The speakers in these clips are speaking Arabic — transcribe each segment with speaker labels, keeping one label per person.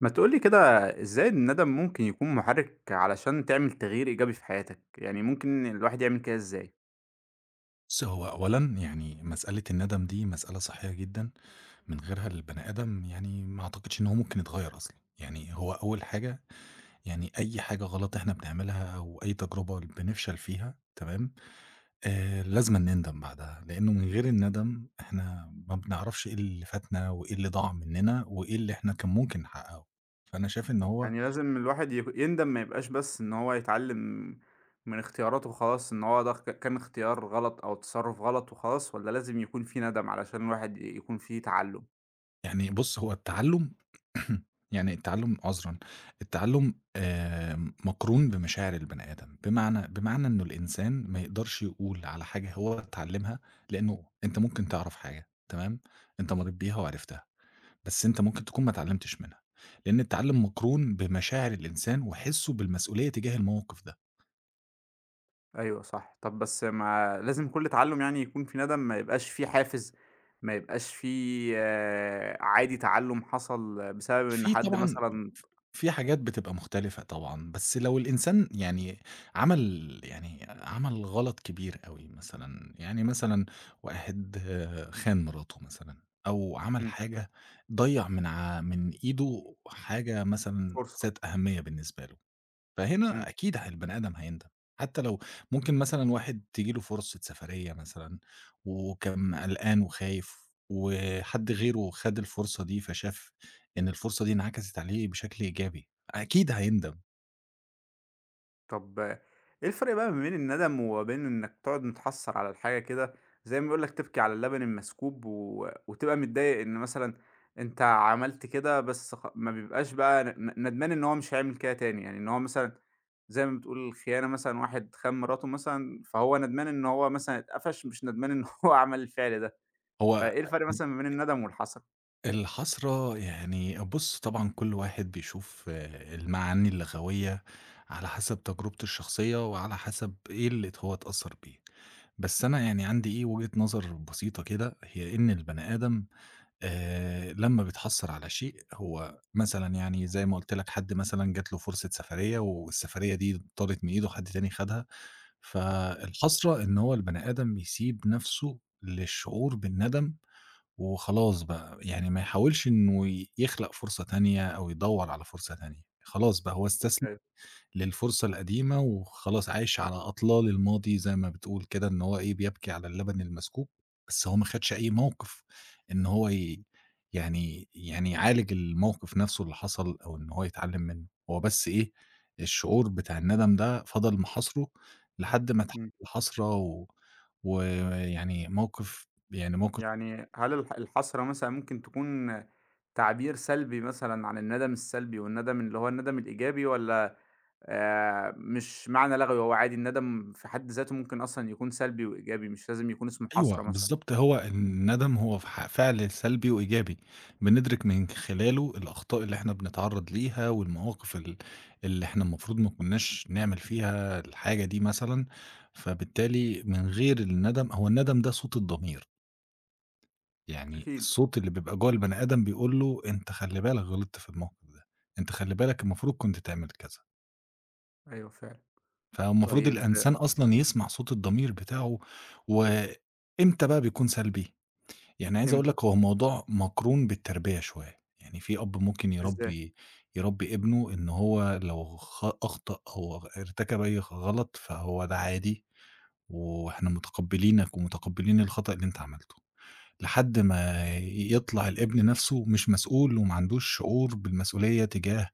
Speaker 1: ما تقول لي كده. إزاي الندم ممكن يكون محرك علشان تعمل تغيير إيجابي في حياتك؟ يعني ممكن الواحد يعمل كده إزاي؟
Speaker 2: بُصّ، هو أولًا يعني مسألة الندم دي مسألة صحية جدًا، من غيرها البني آدم يعني ما أعتقدش إن هو ممكن يتغيّر أصلًا، يعني هو أول حاجة. يعني أي حاجة غلط إحنا بنعملها أو أي تجربة بنفشل فيها تمام، لازمًا نندم بعدها، لإنه من غير الندم إحنا ما بنعرفش إيه اللي فاتنا وإيه اللي ضاع مننا وإيه اللي إحنا كان ممكن نحققه، فأنا شايف إن هو
Speaker 1: يعني لازم الواحد يندم ما يبقاش بس إن هو يتعلم من اختياراته وخلاص إن هو ده كان اختيار غلط أو تصرف غلط وخلاص، ولا لازم يكون في ندم علشان الواحد يكون فيه تعلم؟
Speaker 2: يعني بُص، هو التعلُّم. يعني التعلُّم مقرون بمشاعر البني آدم، بمعنى إنه الإنسان ما يقدرش يقول على حاجة هو اتعلّمها، لإنه أنت ممكن تعرف حاجة تمام، أنت مرّيت بيها وعرفتها، بس أنت ممكن تكون ما اتعلّمتش منها، لإن التعلُّم مقرون بمشاعر الإنسان وحسّه بالمسؤولية تجاه الموقف ده.
Speaker 1: أيوه صح. طب بس ما لازم كل تعلم يعني يكون في ندم، ما يبقاش فيه حافز، ما يبقاش فيه آه، عادي تعلم حصل بسبب إن
Speaker 2: في
Speaker 1: حد
Speaker 2: طبعًا
Speaker 1: مثلا.
Speaker 2: في حاجات بتبقى مختلفة طبعًا، بس لو الإنسان يعني عمل غلط كبير أوي مثلًا، يعني مثلًا واحد خان مراته مثلًا، أو عمل
Speaker 1: مم.
Speaker 2: حاجة ضيّع من من إيده حاجة مثلًا
Speaker 1: فرصة.
Speaker 2: ذات أهمية بالنسبة له. فهنا
Speaker 1: مم.
Speaker 2: أكيد البني آدم هيندم، حتى لو ممكن مثلًا واحد تيجي له فرصة سفرية مثلًا، وكان قلقان وخايف، وحد غيره خد الفرصة دي، فشاف إن الفرصة دي انعكست عليه بشكل إيجابي، أكيد هيندم.
Speaker 1: طب إيه الفرق بقى ما بين الندم وبين إنك تقعد متحسّر على الحاجة كده، زي ما بيقول لك تبكي على اللبن المسكوب، وتبقى متضايق إن مثلًا أنت عملت كده، بس ما بيبقاش بقى ندمان إن هو مش هيعمل كده تاني، يعني إن هو مثلًا زي ما بتقول خيانة مثلًا واحد خان مراته مثلًا، فهو ندمان إن هو مثلًا اتقفش، مش ندمان إن هو عمل الفعل ده،
Speaker 2: هو
Speaker 1: فإيه الفرق مثلًا ما بين الندم والحسرة؟
Speaker 2: الحسرة يعني بُص طبعًا كل واحد بيشوف المعاني اللغوية على حسب تجربته الشخصية، وعلى حسب إيه اللي هو اتأثّر بيه. بس أنا يعني عندي إيه وجهة نظر بسيطة كده، هي إن البني آدم لمّا بيتحسّر على شيء هو مثلًا يعني زي ما قُلت لك حد مثلًا جات له فرصة سفرية والسفرية دي طارت من إيده، حد تاني خدها، فالحسرة إن هو البني آدم يسيب نَفْسه للشعور بالندم وخلاص بقى، يعني ما يحاولش إنه يخلق فرصة تانية أو يدوّر على فرصة تانية، خلاص بقى هو استسلم
Speaker 1: أيوه.
Speaker 2: للفرصة القديمة وخلاص عايش على أطلال الماضي زي ما بتقول كده إن هو إيه، بيبكي على اللبن المسكوب، بس هو ما خدش أي موقف إن هو ي يعني يعني يعالج الموقف نفسه اللي حصل أو إن هو يتعلّم منّه، هو بس إيه، الشعور بتاع الندم ده فضل محاصره لحد ما اتحول
Speaker 1: إمم.
Speaker 2: لحسرة و ويعني موقف يعني موقف
Speaker 1: يعني هل الحسرة مثلًا ممكن تكون تعبير سلبي مثلًا عن الندم السلبي، والندم اللي هو الندم الإيجابي، والّا مش معنى لغوي، هو عادي الندم في حد ذاته ممكن أصلًا يكون سلبي وإيجابي، مش لازم يكون اسمه
Speaker 2: أيوه،
Speaker 1: حسرة مثلًا؟
Speaker 2: بالضبط هو الندم هو فعل سلبي وإيجابي، بندرك من خلاله الأخطاء اللي إحنا بنتعرّض ليها والمواقف اللي إحنا المفروض ما كناش نعمل فيها الحاجة دي مثلًا، فبالتالي من غير الندم هو الندم ده صوت الضمير، يعني
Speaker 1: أكيد.
Speaker 2: الصوت اللي بيبقى جوّه البني آدم بيقول له أنت خلّي بالك غلطت في الموقف ده، أنت خلّي بالك المفروض كنت تعمل كذا،
Speaker 1: أيوه فعلًا.
Speaker 2: فالمفروض
Speaker 1: طيب.
Speaker 2: الإنسان أصلًا يسمع صوت الضمير بتاعه، وإمتى بقى بيكون سلبي؟ يعني عايز أقول
Speaker 1: إمتى؟
Speaker 2: لك هو الموضوع مقرون بالتربية شوية، يعني في أب ممكن
Speaker 1: إزاي؟
Speaker 2: يربّي ابنه إن هو لو أخطأ أو ارتكب أي غلط فهو ده عادي، وإحنا متقبّلينك ومتقبّلين الخطأ اللي أنت عملته، لحد ما يطلع الابن نَفْسه مش مسؤول وما عندوش شعور بالمسؤولية تجاه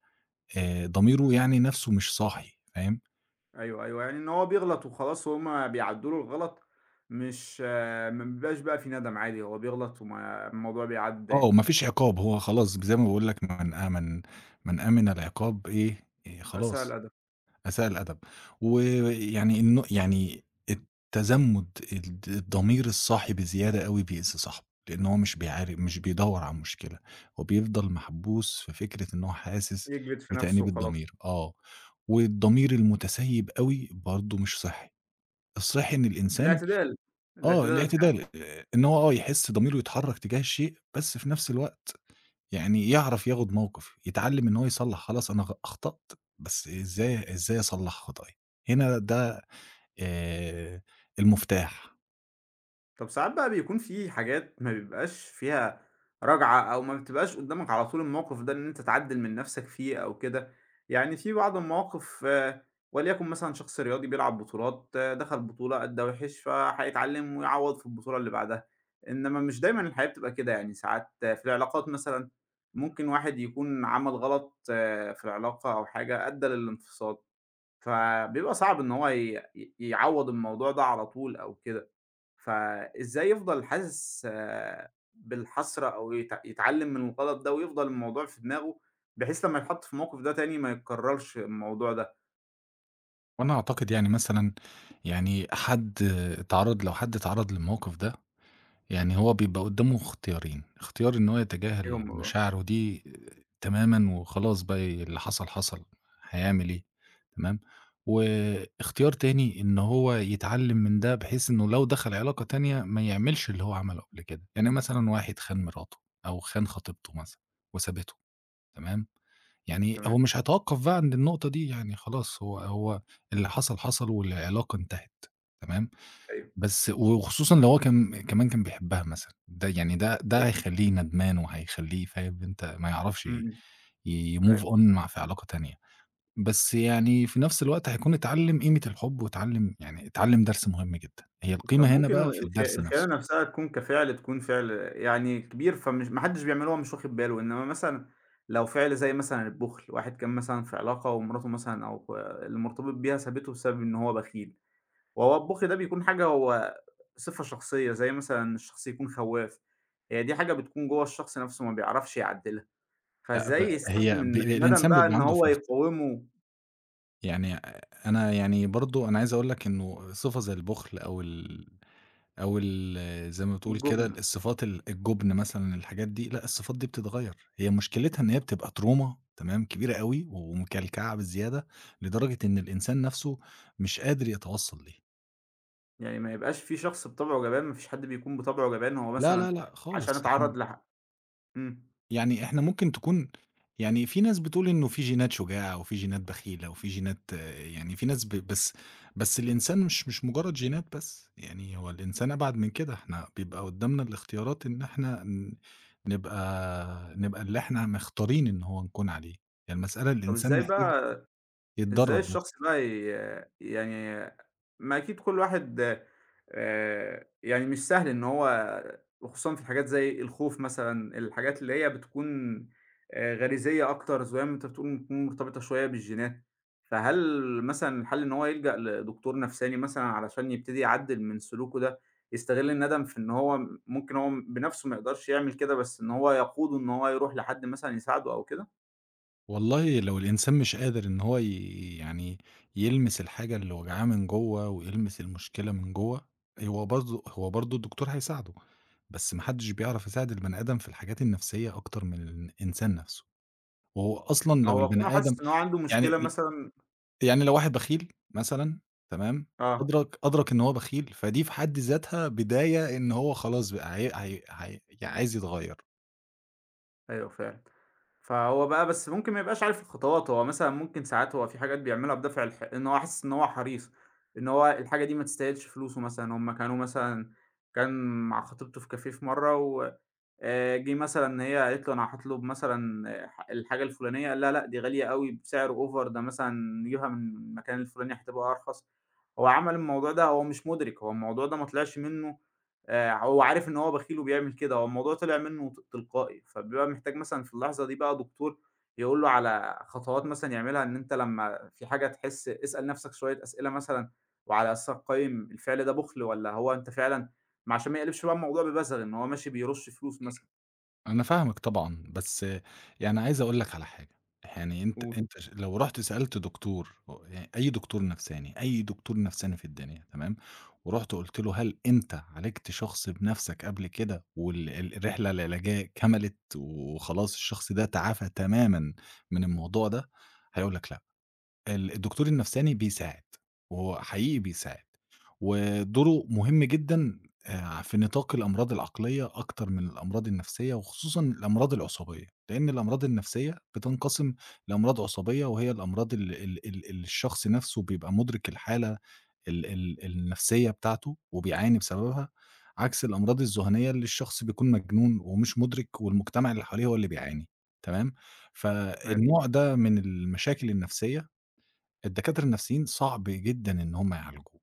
Speaker 2: ضميره، يعني نَفْسه مش صاحي، فاهم؟
Speaker 1: أيوه، أيوه، يعني إن هو بيغلط وخلاص وهُم بيعدّوا له الغلط، مش آه ما بيبقاش بقى في ندم عادي، هو بيغلط وما الموضوع بيعدّي
Speaker 2: آه،
Speaker 1: دايمًا.
Speaker 2: ما فيش عقاب هو خلاص زي ما باقول لك من آمن العقاب إيه،
Speaker 1: أسهل
Speaker 2: خلاص.
Speaker 1: أدب.
Speaker 2: أساء الأدب، ويعني الن يعني التزمُّت الضمير الصاحي بزيادة أوي بيأذي صاحبه، لإن هو مش بيدوّر على مشكلة، هو بيفضل محبوس في فكرة إن هو حاسس
Speaker 1: يكبت في نفسه
Speaker 2: بتأنيب
Speaker 1: وخلاص.
Speaker 2: الضمير، آه، والضمير المتسيب أوي برضه مش صحّي، الصحّي إن الإنسان
Speaker 1: الاعتدال، الاعتدال الحاد.
Speaker 2: الاعتدال، إن هو يحس ضميره يتحرّك تجاه الشيء، بس في نفس الوقت يعني يعرف ياخد موقف، يتعلّم إن هو يصلّح، خلاص أنا أخطأت، بس إزاي أصلّح خطأي؟ هنا ده آآ المفتاح.
Speaker 1: طب ساعات بقى بيكون في حاجات ما بيبقاش فيها راجعة، أو ما بتبقاش قدامك على طول الموقف ده إن أنت تعدل من نفسك فيه أو كده، يعني في بعض المواقف آه، وليكن مثلا شخص رياضي بيلعب بطولات آه، دخل بطولة أدى وحش فهيتعلم ويعوض في البطولة اللي بعدها، إنما مش دايما الحياة بتبقى كده، يعني ساعات آه، في العلاقات مثلا ممكن واحد يكون عمل غلط آه، في العلاقة أو حاجة أدى للانفصال، فبيبقى صعب إن هو يعوض الموضوع ده على طول أو كده، فإزاي يفضل حاسس آه، بالحسرة، أو يتعلم من الغلط ده ويفضل الموضوع في دماغه، بحيث لمّا يتحط في الموقف ده تاني ما يتكررش الموضوع ده.
Speaker 2: وأنا أعتقد يعني مثلًا يعني حد اتعرّض لو حد اتعرّض للموقف ده يعني هو بيبقى قدّامه اختيارين، اختيار إن هو
Speaker 1: ايوه
Speaker 2: يتجاهل
Speaker 1: م-
Speaker 2: مشاعره دي تمامًا وخلاص بقى اللي حصل، حصل، هيعمل إيه؟ تمام، واختيار تاني إن هو يتعلّم من ده بحيث إنه لو دخل علاقة تانية ما يعملش اللي هو عمله قبل كده، يعني مثلًا واحد خان مراته أو خان خطيبته مثلًا وسابته، تمام، يعني
Speaker 1: تمام،
Speaker 2: هو مش هيتوقّف بقى عند النقطة دي، يعني خلاص هو اللي حصل، حصل والعلاقة انتهت، تمام،
Speaker 1: أيوه،
Speaker 2: بس وخصوصًا لو هو كان كمان كان بيحبها مثلًا، ده يعني ده
Speaker 1: أيوه،
Speaker 2: هيخلّيه ندمان وهيخلّيه فاهم. أنت ما يعرفش
Speaker 1: إمم، إمم،
Speaker 2: يmove
Speaker 1: أيوه.
Speaker 2: on مع في علاقة تانية، بس يعني في نفس الوقت هيكون اتعلّم قيمة الحب واتعلّم يعني اتعلّم درس مهم جدًا، هي
Speaker 1: طب
Speaker 2: القيمة هنا
Speaker 1: ممكن
Speaker 2: بقى في الدرس نفسه.
Speaker 1: الخيانة نفسها تكون كفعل، تكون فعل يعني كبير فمش ما حدش بيعمله هو مش واخد باله، إنما مثلًا لو فعل زي مثلًا البُخل، واحد كان مثلًا في علاقة ومراته مثلًا أو اللي مرتبط بيها سابته بسبب إن هو بخيل. وهو البُخل ده بيكون حاجة، هو صفة شخصية، زي مثلًا الشخص يكون خواف، هي دي حاجة بتكون جوّه الشخص نَفْسه، ما بيعرفش يعدّلها،
Speaker 2: لأ ب
Speaker 1: فإزاي
Speaker 2: هي
Speaker 1: يستخدم
Speaker 2: ب
Speaker 1: الندم
Speaker 2: الإنسان
Speaker 1: بقى
Speaker 2: بيبقى
Speaker 1: إن
Speaker 2: عنده
Speaker 1: هو
Speaker 2: فرصة،
Speaker 1: يقاومه
Speaker 2: يعني أنا يعني برضه أنا عايز أقول لك إنه صفة زي البُخل أو زي ما بتقول كده
Speaker 1: جُبنًا؟
Speaker 2: الصفات الجُبن مثلًا، الحاجات دي، لأ الصفات دي بتتغيّر، هي مشكلتها إن هي بتبقى ترومة تمام، كبيرة أوي ومكلكعة بزيادة، لدرجة إن الإنسان نَفْسه مش قادر يتوصّل ليها.
Speaker 1: يعني ما يبقاش في شخص بطبعه جبان، ما فيش حد بيكون بطبعه جبان، هو
Speaker 2: لا،
Speaker 1: مثلًا
Speaker 2: لا، لأ
Speaker 1: عشان
Speaker 2: خالص. إحنا
Speaker 1: اتعرّض إمم.
Speaker 2: يعني إحنا ممكن تكون يعني في ناس بتقول إنه في جينات شجاعة، وفي جينات بخيلة، وفي جينات يعني في ناس بس، بس الإنسان مش مجرد جينات بس، يعني هو الإنسان أبعد من كده، إحنا بيبقى قدامنا الاختيارات إن إحنا ن نبقى نبقى اللي إحنا مختارين إن هو نكون عليه، هي المسألة
Speaker 1: طَب
Speaker 2: الإنسان
Speaker 1: إزاي
Speaker 2: محتاج
Speaker 1: بقى؟ إزاي
Speaker 2: يتدرب
Speaker 1: الشخص
Speaker 2: بس.
Speaker 1: بقى يعني ما أكيد كل واحد يعني مش سهل إن هو، وخصوصًا في حاجات زي الخوف مثلًا، الحاجات اللي هي بتكون غريزية أكتر زي ما أنت بتقول، بتكون مرتبطة شوية بالجينات، فهل مثلًا الحل إن هو يلجأ لدكتور نفساني مثلًا علشان يبتدي يعدل من سلوكه ده، يستغل الندم في إن هو ممكن هو بنفسه ما يقدرش يعمل كده، بس إن هو يقوده إن هو يروح لحد مثلًا يساعده أو كده؟
Speaker 2: والله لو الإنسان مش قادر إن هو ي يعني يلمس الحاجة اللي واجعاه من جوّه، ويلمس المشكلة من جوّه، هو برضه الدكتور هيساعده، بس ما حدش بيعرف يساعد البني آدم في الحاجات النفسية أكتر من الإنسان نفسه، وهو أصلًا
Speaker 1: ما
Speaker 2: لو
Speaker 1: هو كونه
Speaker 2: البني آدم
Speaker 1: حاسس إن هو عنده
Speaker 2: يعني
Speaker 1: مشكلة
Speaker 2: ل
Speaker 1: مثلًا.
Speaker 2: يعني لو واحد بخيل مثلًا، تمام،
Speaker 1: آه.
Speaker 2: أدرك إن هو بخيل، فدي في حد ذاتها بداية إن هو خلاص بقى هي يعني عايز يتغيّر.
Speaker 1: أيوه فعلًا. فهو بقى بس ممكن ما يبقاش عارف الخطوات، هو مثلًا ممكن ساعات هو في حاجات بيعملها بدافع إن هو حاسس إن هو حريص، إن هو الحاجة دي ما تستاهلش فلوسه مثلًا، هم كانوا مثلًا كان مع خطيبته في كافيه في مرّة، و جه مثلًا ان هي قالت له أنا هاطلب مثلًا الحاجة الفلانية، قال لها لأ دي غالية أوي بسعر over ده مثلًا، نجيبها من المكان الفلاني هتبقى أرخص. هو عمل الموضوع ده هو مش مدرك، هو الموضوع ده ما طلعش منه هو عارف إن هو بخيل وبيعمل كده، هو الموضوع طلع منه تلقائي، فبيبقى محتاج مثلًا في اللحظة دي بقى دكتور يقول له على خطوات مثلًا يعملها، إن أنت لمّا في حاجة تحس اسأل نفسك شوية أسئلة مثلًا، وعلى أساسها قيّم الفعل ده بُخل والّا هو أنت فعلًا، ما عشان ما يقلبش بقى الموضوع ببذل إن هو ماشي بيرُش فلوس مثلًا.
Speaker 2: أنا فاهمِك طبعًا، بس يعني عايز أقول لك على حاجة، يعني أنت
Speaker 1: قُل.
Speaker 2: أنت ش لو رُحت سألت دكتور، يعني أي دكتور نفساني، أي دكتور نفساني في الدنيا تمام، ورُحت قُلت له: هل أنت عالجت شخص بنفسك قبل كده وال الرحلة العلاجية كملت وخلاص الشخص ده تعافى تمامًا من الموضوع ده؟ هيقول لك لأ. الدكتور النفساني بيساعد، وهو حقيقي بيساعد، ودوره مهم جدًا في نطاق الأمراض العقلية أكتر من الأمراض النفسية، وخصوصًا الأمراض العصبية، لأن الأمراض النفسية بتنقسم لأمراض عصبية، وهي الأمراض اللي ال ال ال اللي الشخص نفسه بيبقى مُدرك الحالة ال ال النفسية بتاعته وبيعاني بسببها، عكس الأمراض الذهنية اللي الشخص بيكون مجنون ومش مُدرك والمجتمع اللي حواليه هو اللي بيعاني، تمام؟
Speaker 1: تمام،
Speaker 2: فالنوع ده من المشاكل النفسية الدكاترة النفسيين صعب جدًا إن هم يعالجوه،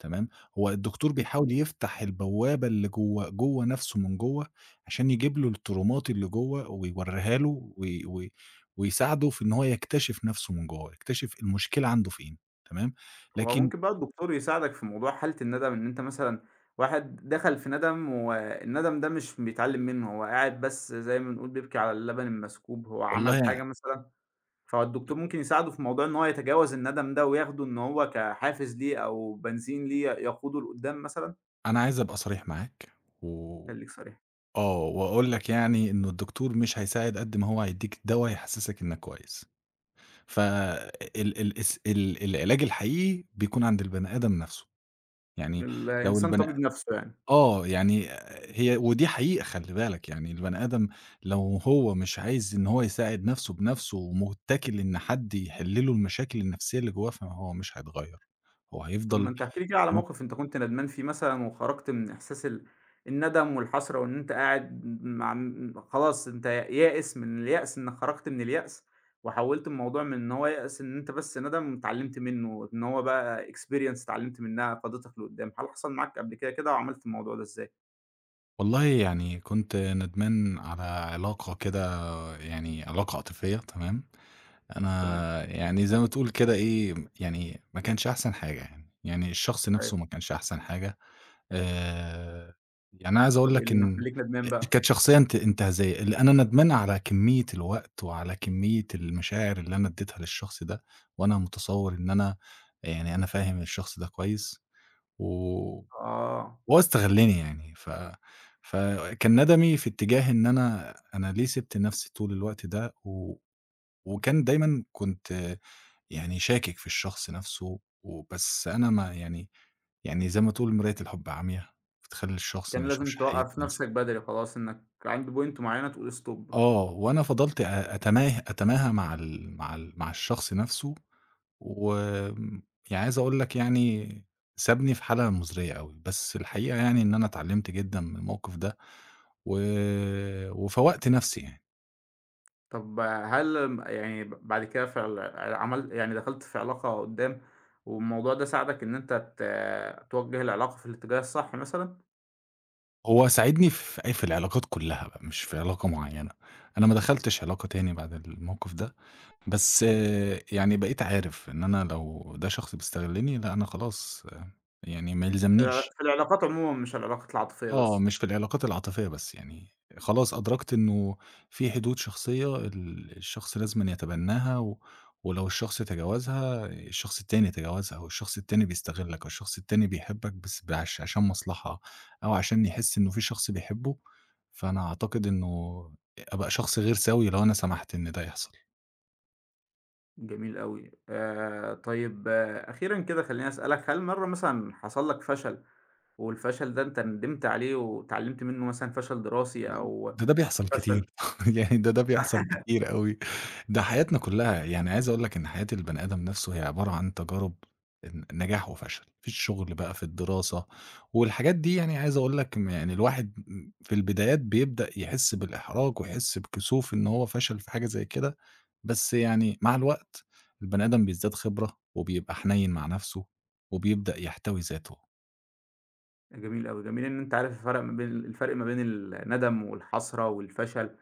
Speaker 2: تمام، هو الدكتور
Speaker 1: إمم.
Speaker 2: بيحاول يفتح البوابة اللي جوّه جوّه نفسه من جوّه، عشان يجيب له الترومات اللي جوّه ويوريها له وي وي ويساعده في إن هو يكتشف نفسه من جوّه، يكتشف المشكلة عنده فين، تمام،
Speaker 1: هو
Speaker 2: لكن
Speaker 1: ممكن بقى الدكتور يساعدك في موضوع حالة الندم، إن أنت مثلًا واحد دخل في ندم والندم ده مش بيتعلم منه، هو قاعد بس زي ما بنقول بيبكي على اللبن المسكوب، هو عمل
Speaker 2: والله
Speaker 1: حاجة مثلًا، فالدكتور ممكن يساعده في موضوع إن هو يتجاوز الندم ده وياخده إن هو كحافز ليه أو بنزين ليه يقوده لقدّام مثلًا؟
Speaker 2: أنا عايز أبقى صريح معاك و
Speaker 1: خلّيك صريح.
Speaker 2: آه، وأقول لك يعني إنه الدكتور مش هيساعد قد ما هو هيدّيك دوا يحسسك إنك كويس، ف ال ال الس ال العلاج الحقيقي بيكون عند البني آدم نفسه. يعني لو
Speaker 1: الإنسان
Speaker 2: البني
Speaker 1: طبيب نَفْسه يعني.
Speaker 2: آه، يعني هي ودي حقيقة خلّي بالك، يعني البني آدم لو هو مش عايز إن هو يساعد نَفْسه بنَفْسه ومُتّكل إن حد يحِل له المشاكل النَفْسية اللي جوّاه، فهو مش هيتغيّر، هو
Speaker 1: طب ما
Speaker 2: هيفضل
Speaker 1: أنت احكِ لي كده على
Speaker 2: في نَفْس
Speaker 1: موقف أنت كنت ندمان فيه مثلًا، وخرجت من إحساس الندم والحسرة، وإن أنت قاعد مع خلاص أنت يائس، من اليأس إنك خرجت من اليأس، وحوّلت الموضوع من إن هو يأس إن أنت بس ندم اتعلمت منه، إن هو بقى experience اتعلمت منها فادتك لقدّام، هل حصل معاك قبل كده كده وعملت الموضوع ده إزاي؟
Speaker 2: والله يعني كنت ندمان على علاقة كده، يعني علاقة عاطفية تمام.
Speaker 1: تمام،
Speaker 2: أنا يعني زي ما تقول كده إيه، يعني ما كانش أحسن حاجة يعني، يعني الشخص
Speaker 1: أيوه.
Speaker 2: نَفْسه ما كانش أحسن حاجة، آآ، يعني عايز أقول
Speaker 1: طب إيه
Speaker 2: لك
Speaker 1: اللي
Speaker 2: إن
Speaker 1: مخلّيك ندمان بقى؟
Speaker 2: كانت شخصية انتهازية، اللي أنا ندمان على كمية الوقت وعلى كمية المشاعر اللي أنا اديتها للشخص ده، وأنا متصور إن أنا يعني أنا فاهم الشخص ده كويس، و
Speaker 1: آه،
Speaker 2: هو استغلّني يعني، فكان ندمي في اتجاه إن أنا ليه سِبت نفْسي طول الوقت ده، وكان دايمًا كنت يعني شاكك في الشخص نفْسه، وبس أنا ما يعني، يعني زي ما تقول مراية الحب عميا، بتخلّي الشخص ما
Speaker 1: كان
Speaker 2: يشوفش
Speaker 1: لازم
Speaker 2: حقيقة
Speaker 1: توقّف
Speaker 2: جنسه.
Speaker 1: نفسك بدري خلاص، إنك عند point معيّنة تقول stop.
Speaker 2: آه، وأنا فضلت أ أتماه أتماهى مع الشخص نفسه، وآمم، يعني عايز أقول لك، يعني سابني في حالة مزرية أوي، بس الحقيقة يعني إن أنا اتعلمت جدًا من الموقف ده، و وفوّقت نفسي يعني.
Speaker 1: طب هل يعني بعد كده في عمل، يعني دخلت في علاقة قدّام، والموضوع ده ساعدك إن أنت توجّه العلاقة في الاتجاه الصح مثلًا؟
Speaker 2: هو ساعدني في العلاقات كلّها بقى مش في علاقة معيّنة، أنا ما دخلتش علاقة تاني بعد الموقف ده، بس يعني بقيت عارف إن أنا لو ده شخص بيستغلني لأ، أنا خلاص يعني ما يلزمنيش.
Speaker 1: في العلاقات عمومًا مش العلاقات العاطفية
Speaker 2: آه،
Speaker 1: بس.
Speaker 2: مش في العلاقات العاطفية بس، يعني خلاص أدركت إنه في حدود شخصية الشخص لازمًا يتبناها، ولو الشخص تجاوزها الشخص التاني يتجاوزها، أو الشخص التاني بيستغلك، أو الشخص التاني بيحبك بس بعش عشان مصلحة، أو عشان يحس إنه في شخص بيحبه، فأنا أعتقد إنه أبقى شخص غير سوي لو أنا سمحت إن ده يحصل.
Speaker 1: جميل أوي، طيب آه أخيرًا كده خلّيني أسألك، هل مرّة مثلًا حصل لك فشل، والفشل ده أنت ندمت عليه واتعلمت منه، مثلًا فشل دراسي
Speaker 2: د
Speaker 1: أو
Speaker 2: ده ده بيحصل
Speaker 1: فشل.
Speaker 2: كتير، يعني ده بيحصل كتير أوي، ده حياتنا كلّها، يعني عايز أقول لك إن حياة البني آدم نَفْسه هي عبارة عن تجارب نجاح وفشل، في الشغل بقى، في الدراسة، والحاجات دي يعني عايز أقول لك يعني الواحد في البدايات بيبدأ يحس بالإحراج ويحس بكسوف إن هو فشل في حاجة زي كده، بس يعني مع الوقت البني آدم بيزداد خبرة وبيبقى حنيّن مع نَفْسه وبيبدأ يحتوي ذاته.
Speaker 1: جميل أوي، جميل إن أنت عارف الفرق ما بين، الفرق ما بين الندم والحسرة والفشل،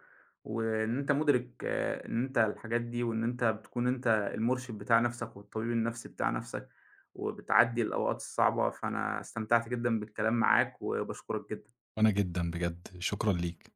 Speaker 1: وإن أنت مُدرك آه، إن أنت الحاجات دي، وإن أنت بتكون أنت المُرشد بتاع نَفْسك والطبيب النَفْسي بتاع نَفْسك، وبتعدّي الأوقات الصعبة، فأنا استمتعت جدًا بالكلام معاك وباشكرك جدًا.
Speaker 2: وأنا جدًا بجد شكرًا ليك.